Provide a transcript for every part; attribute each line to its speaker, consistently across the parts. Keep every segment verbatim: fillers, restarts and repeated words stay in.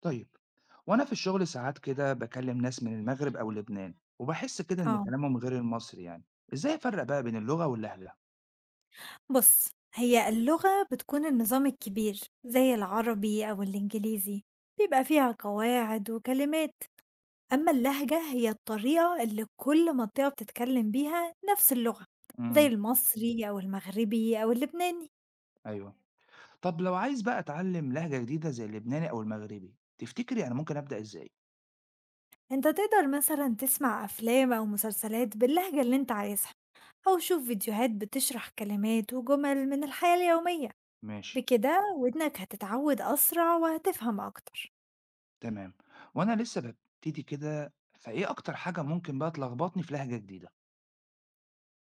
Speaker 1: طيب. وأنا في الشغل ساعات كده بكلم ناس من المغرب أو لبنان وبحس كده إن
Speaker 2: آه،
Speaker 1: كلامهم غير المصري يعني. إزاي أفرق بقى بين اللغة واللهجة؟
Speaker 2: بُص، هي اللغة بتكون النظام الكبير زي العربي أو الإنجليزي، بيبقى فيها قواعد وكلمات، أمّا اللهجة هي الطريقة اللي كل منطقة بتتكلم بيها نفس اللغة، زي
Speaker 1: امم.
Speaker 2: المصري أو المغربي أو اللبناني،
Speaker 1: أيوه. طب لو عايز بقى أتعلم لهجة جديدة زي اللبناني أو المغربي تفتكري أنا ممكن أبدأ إزاي؟
Speaker 2: أنت تقدر مثلًا تسمع أفلام أو مسلسلات باللهجة اللي أنت عايزها، أو شوف فيديوهات بتشرح كلمات وجمل من الحياة اليومية،
Speaker 1: ماشي.
Speaker 2: بكده ودنك هتتعود أسرع وهتفهم أكتر.
Speaker 1: تمام. وأنا لسه ببتدي كده فإيه أكتر حاجة ممكن بقى تلخبطني في لهجة جديدة؟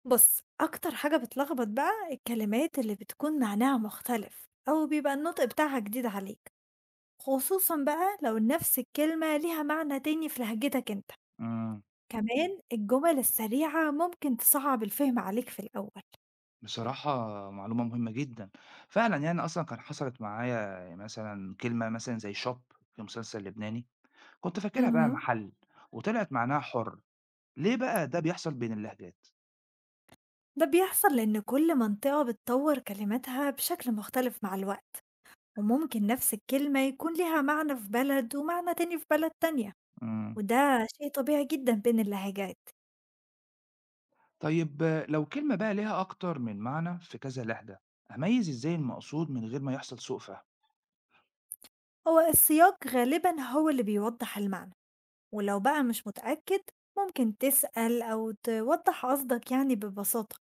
Speaker 2: بُص، أكتر حاجة بتلخبط بقى الكلمات اللي بتكون معناها مختلف أو بيبقى النطق بتاعها جديد عليك، خصوصًا بقى لو نفس الكلمة ليها معنى تاني في لهجتك أنت.
Speaker 1: امم.
Speaker 2: كمان الجمل السريعة ممكن تصعب الفهم عليك في الأول.
Speaker 1: بصراحة معلومة مهمة جدا. فعلا يعني أصلا كان حصلت معايا مثلا كلمة مثلا زي شوب في مسلسل لبناني كنت فاكرها بقى
Speaker 2: اهم.
Speaker 1: محل، وطلعت معناها حُر، ليه بقى ده بيحصل بين اللهجات؟
Speaker 2: ده بيحصل لأن كل منطقة بتطور كلماتها بشكل مختلف مع الوقت، وممكن نفس الكلمة يكون ليها معنى في بلد ومعنى تاني في بلد تانية،
Speaker 1: إمم.
Speaker 2: وده شيء طبيعي جدًا بين اللهجات.
Speaker 1: طيب آه، لو كلمة بقى ليها أكتر من معنى في كذا لهجة، أميّز إزاي المقصود من غير ما يحصل سوء فهم؟
Speaker 2: هو السياق غالبا هو اللي بيوضح المعنى، ولو بقى مش متأكد ممكن تسأل أو توضح قصدك يعني ببساطة.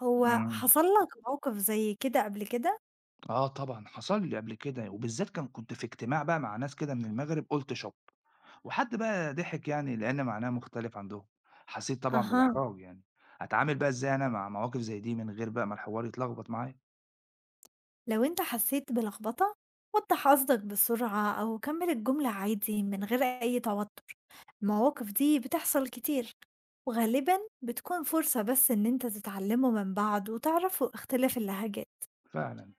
Speaker 2: هو
Speaker 1: إمم.
Speaker 2: حصل لك موقف زي كده قبل كده؟
Speaker 1: آه طبعًا حصل لي قبل كده، وبالذات كان كنت في اجتماع بقى مع ناس كده من المغرب قُلت شَط، وحد بقى ضحك يعني لإن معناها مختلف عندهم، حسيت طبعًا
Speaker 2: أها.
Speaker 1: بالإحراج يعني، أتعامل بقى إزاي أنا مع مواقف زي دي من غير بقى ما الحوار يتلخبط معايا؟
Speaker 2: لو أنت حسيت بلخبطة وضح قصدك بسرعة أو كمل الجملة عادي من غير أي توتر. المواقف دي بتحصل كتير وغالبا بتكون فرصة بس إن أنت تتعلموا من بعض وتعرفوا اختلاف اللهجات.
Speaker 1: فعلًا.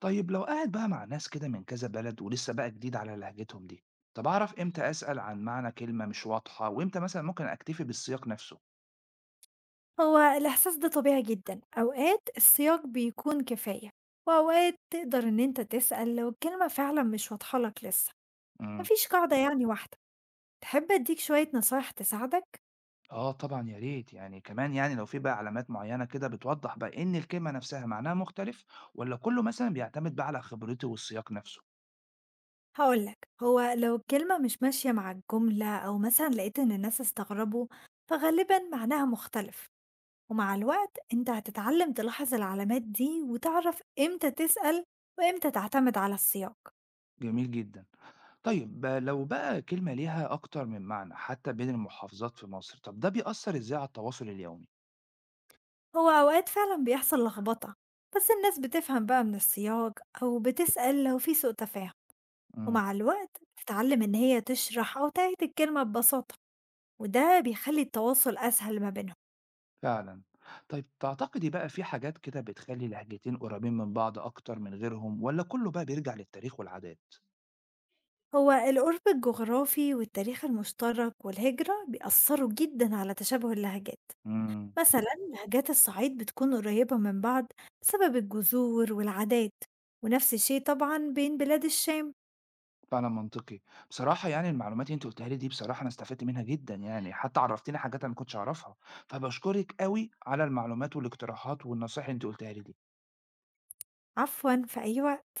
Speaker 1: طيب لو قاعد بقى مع ناس كده من كذا بلد ولسه بقى جديد على لهجتهم دي، طب أعرف إمتى أسأل عن معنى كلمة مش واضحة وإمتى مثلا ممكن أكتفي بالسياق نفسه؟
Speaker 2: هو الإحساس ده طبيعي جدًا، أوقات السياق بيكون كفاية، وأوقات تقدر إن أنت تسأل لو الكلمة فعلًا مش واضحة لك لسه، ما
Speaker 1: امم.
Speaker 2: فيش قاعدة يعني واحدة. تحب أديك شوية نصايح تساعدك؟
Speaker 1: آه طبعا يا ريت يعني، كمان يعني لو في بقى علامات معينة كده بتوضح بقى إن الكلمة نفسها معناها مختلف، ولا كله مثلا بيعتمد بقى على خبرتي والسياق نفسه؟
Speaker 2: هاقول لك، هو لو الكلمة مش ماشية مع الجملة أو مثلًا لقيت إن الناس استغربوا، فغالبًا معناها مختلف، ومع الوقت أنت هتتعلم تلاحظ العلامات دي وتعرف إمتى تسأل وإمتى تعتمد على السياق.
Speaker 1: جميل جدا. طيب بقى لو بقى كلمة ليها أكتر من معنى حتى بين المحافظات في مصر، طب ده بيأثر إزاي على التواصل اليومي؟
Speaker 2: هو أوقات فعلا بيحصل لخبطة، بس الناس بتفهم بقى من السياق أو بتسأل لو في سوء تفاهم.
Speaker 1: امم.
Speaker 2: ومع الوقت بتتعلم إن هي تشرح أو تعيد الكلمة ببساطة، وده بيخلي التواصل أسهل ما بينهم.
Speaker 1: فعلًا. طيب تعتقدي بقى في حاجات كده بتخلّي لهجتين قريبين من بعض أكتر من غيرهم والّا كُلّه بقى بيرجع للتاريخ والعادات؟
Speaker 2: هو القرب الجغرافي والتاريخ المشترك والهجرة بيأثروا جدا على تشابه اللهجات.
Speaker 1: إمم.
Speaker 2: مثلا لهجات الصعيد بتكون قريبة من بعض بسبب الجذور والعادات، ونفس الشيء طبعا بين بلاد الشام.
Speaker 1: فعلًا منطقي. بصراحة يعني المعلومات اللي أنتِ قُلتيها لي دي بصراحة أنا استفدت منها جدًا يعني، حتى عرّفتيني حاجات أنا ما كنتش أعرفها، فباشكرِك أوي على المعلومات والاقتراحات والنصايح اللي أنتِ قُلتيها لي دي.
Speaker 2: عفوا، في أي وقت.